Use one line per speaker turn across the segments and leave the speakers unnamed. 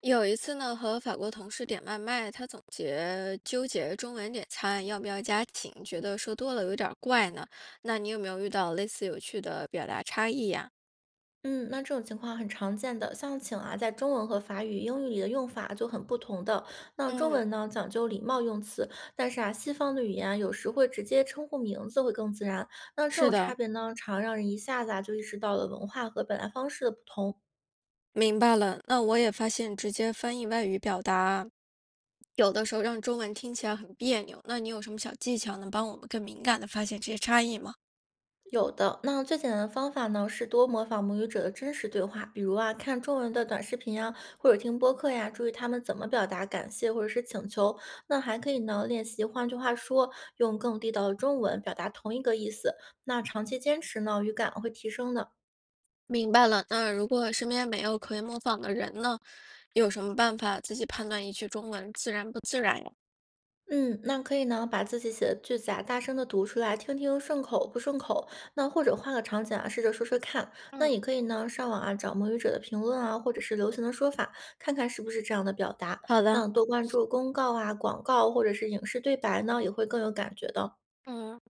有一次呢，和法国同事点外卖，他总结纠结中文点餐要不要加请，觉得说多了有点儿怪呢。那你有没有遇到类似有趣的表达差异呀？
嗯，那这种情况很常见的，像请啊，在中文和法语、英语里的用法就很不同的。那中
嗯，
文呢，讲究礼貌用词，但是啊，西方的语言啊有时会直接称呼名字会更自然。那这
是
种
的，
差别呢，常让人一下子啊就意识到了文化和表达方式的不同。
明白了。那我也发现直接翻译外语表达，有的时候让中文听起来很别扭。那你有什么小技巧能帮我们更敏感的发现这些差异吗？
有的，那最简单的方法呢，是多模仿母语者的真实对话，比如啊，看中文的短视频呀，或者听播客呀，注意他们怎么表达感谢或者是请求。那还可以呢，练习，换句话说，用更地道的中文表达同一个意思。那长期坚持呢，语感会提升的。
明白了。那如果身边没有可以模仿的人呢，有什么办法自己判断一句中文自然不自然呀？
嗯，那可以呢，把自己写的句子啊，大声的读出来，听听顺口不顺口。那或者换个场景啊，试着说说看。那
嗯，
也可以呢，上网啊找母语者的评论啊，或者是流行的说法，看看是不是这样的表达。
好的。
那多关注公告啊、广告或者是影视对白呢，也会更有感觉的。
嗯，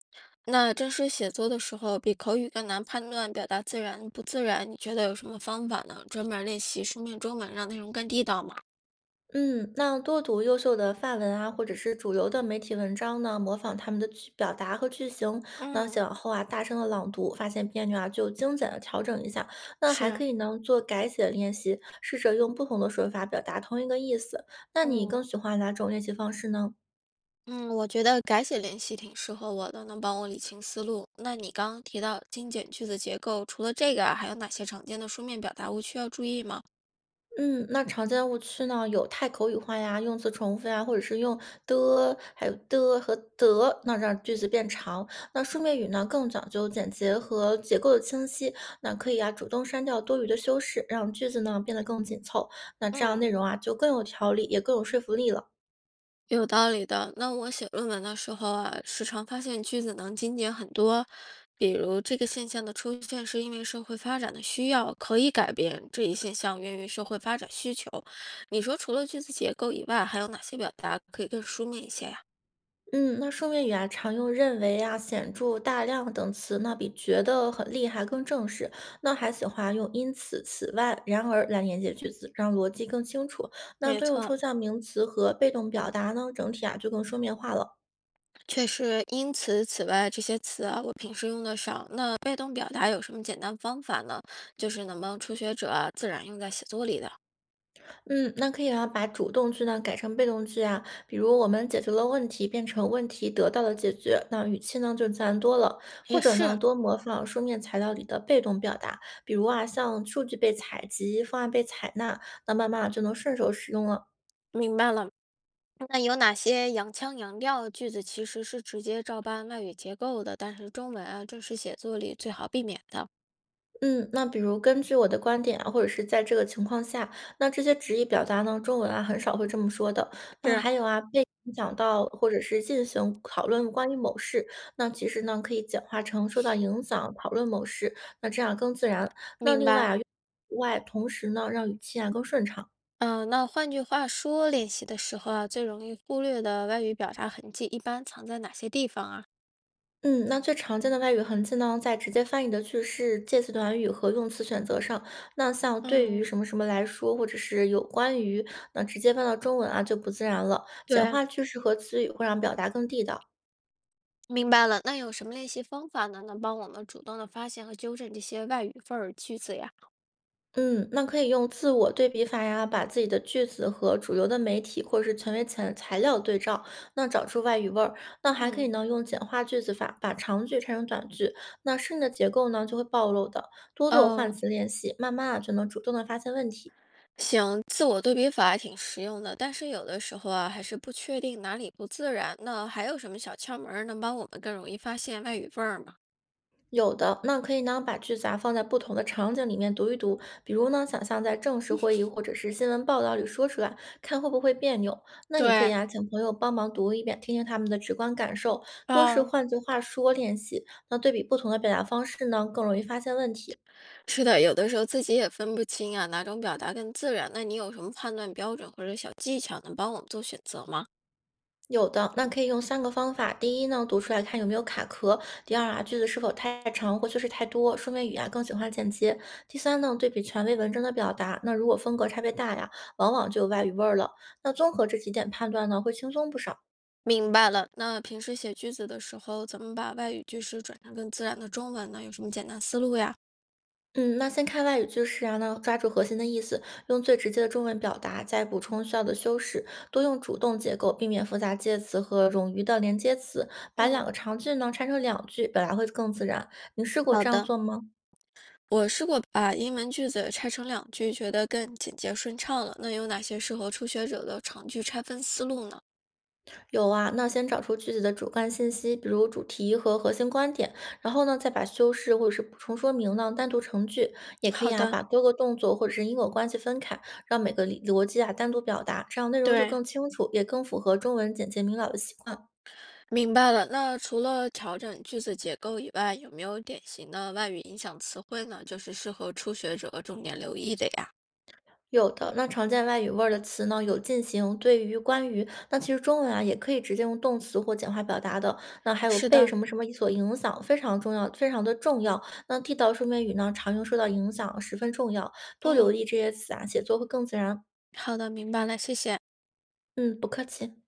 那正式写作的时候，比口语更难判断表达自然不自然，你觉得有什么方法呢？专门练习书面中文，让内容更地道吗？
嗯，那多读优秀的范文啊，或者是主流的媒体文章呢，模仿他们的句表达和句型，那
嗯
写完后啊，大声的朗读，发现别扭啊，就精简的调整一下。那还
是，
可以呢，做改写练习，试着用不同的说法表达同一个意思。那你更
嗯
喜欢哪种练习方式呢？
嗯，我觉得改写练习挺适合我的，能帮我理清思路。那你刚刚提到精简句子结构，除了这个啊还有哪些常见的书面表达误区要注意吗？
嗯，那常见的误区呢，有太口语化呀，用词重复呀，或者是用的，还有的和的，那让句子变长。那书面语呢，更讲究简洁和结构的清晰，那可以啊，主动删掉多余的修饰，让句子呢变得更紧凑。那这样
嗯。
内容啊，就更有条理，也更有说服力了。
有道理的。那我写论文的时候啊，时常发现句子能精简很多。比如这个现象的出现是因为社会发展的需要，可以改变这一现象源于社会发展需求。你说除了句子结构以外，还有哪些表达可以更书面一些呀？
嗯，那书面语啊，常用“认为”啊、“显著”、“大量”等词，那比“觉得”很厉害更正式。那还喜欢用“因此”、“此外”、“然而”来连接句子，让逻辑更清楚。那
没
多用
错，
抽象名词和被动表达呢，整体啊就更书面化了。
确实。因此、此外这些词啊，我平时用得少。那被动表达有什么简单方法呢？就是能帮初学者啊自然用在写作里的。
嗯，那可以啊，把主动句呢改成被动句啊，比如我们解决了问题，变成问题得到了解决，那语气呢就自然多了。或
也
者呢，
是，
多模仿书面材料里的被动表达，比如啊，像数据被采集、方案被采纳，那慢慢啊就能顺手使用了。
明白了。那有哪些洋腔洋调句子其实是直接照搬外语结构的，但是中文啊正式写作里最好避免的？
嗯，那比如根据我的观点啊，或者是在这个情况下，那这些直译表达呢，中文啊很少会这么说的。那
是，
还有啊，被影响到或者是进行讨论关于某事，那其实呢可以简化成受到影响讨论某事，那这样更自然。那
明
另外
白。
啊，用外同时呢让语气啊更顺畅。
嗯，那换句话说，练习的时候啊，最容易忽略的外语表达痕迹一般藏在哪些地方啊？
嗯，那最常见的外语痕迹呢，在直接翻译的句式、介词短语和用词选择上。那像对于
嗯，
什么什么来说，或者是有关于，那直接翻到中文啊，就不自然了。简
对，
化句式和词语会让表达更地道。
明白了。那有什么练习方法呢？能帮我们主动的发现和纠正这些外语份儿句子呀？
嗯，那可以用自我对比法呀，把自己的句子和主流的媒体或者是权威材料对照，那找出外语味儿。那还可以
嗯，
呢，用简化句子法，把长句拆成短句，那适应的结构呢就会暴露的。多做换
哦。
词练习，慢慢啊就能主动的发现问题。
行，自我对比法还挺实用的，但是有的时候啊，还是不确定哪里不自然。那还有什么小窍门儿能帮我们更容易发现外语味儿吗？
有的，那可以呢，把句子啊放在不同的场景里面读一读，比如呢，想象在正式会议或者是新闻报道里说出来，看会不会别扭。那也可以
对，
啊，请朋友帮忙读一遍，听听他们的直观感受，多是
嗯，
换句话说练习。那对比不同的表达方式呢，更容易发现问题。
是的，有的时候自己也分不清啊，哪种表达更自然。那你有什么判断标准或者小技巧能帮我们做选择吗？
有的，那可以用三个方法。第一呢，读出来看有没有卡壳；第二啊，句子是否太长或修饰太多，说明语言更喜欢简洁；第三呢，对比权威文章的表达。那如果风格差别大呀，往往就有外语味儿了。那综合这几点判断呢，会轻松不少。
明白了。那平时写句子的时候，怎么把外语句式转成更自然的中文呢？有什么简单思路呀？
嗯，那先看外语句式啊，那抓住核心的意思，用最直接的中文表达，再补充需要的修饰，多用主动结构，避免复杂介词和冗余的连接词，把两
嗯，
个长句呢拆成两句，表达会更自然。你试过
好
这样
的。
做吗？
我试过把英文句子拆成两句，觉得更简洁顺畅了。那有哪些适合初学者的长句拆分思路呢？
有啊，那先找出句子的主干信息，比如主题和核心观点，然后呢，再把修饰或者是补充说明呢单独成句，也可以
好
啊，
的，
把多个动作或者是因果关系分开，让每个理逻辑啊单独表达，这样内容就
对，
更清楚，也更符合中文简洁明了的习惯。
明白了。那除了调整句子结构以外，有没有典型的外语影响词汇呢？就是适合初学者重点留意的呀。
有的，那常见外语味儿的词呢，有进行、对于、关于。那其实中文啊，也可以直接用动词或简化表达的。那还有
是
被
的，
什么什么所影响，非常重要，非常的重要。那地道书面语呢，常用受到影响，十分重要。多留
嗯，
意这些词啊，写作会更自然。
好的，明白了，谢谢。
嗯，不客气。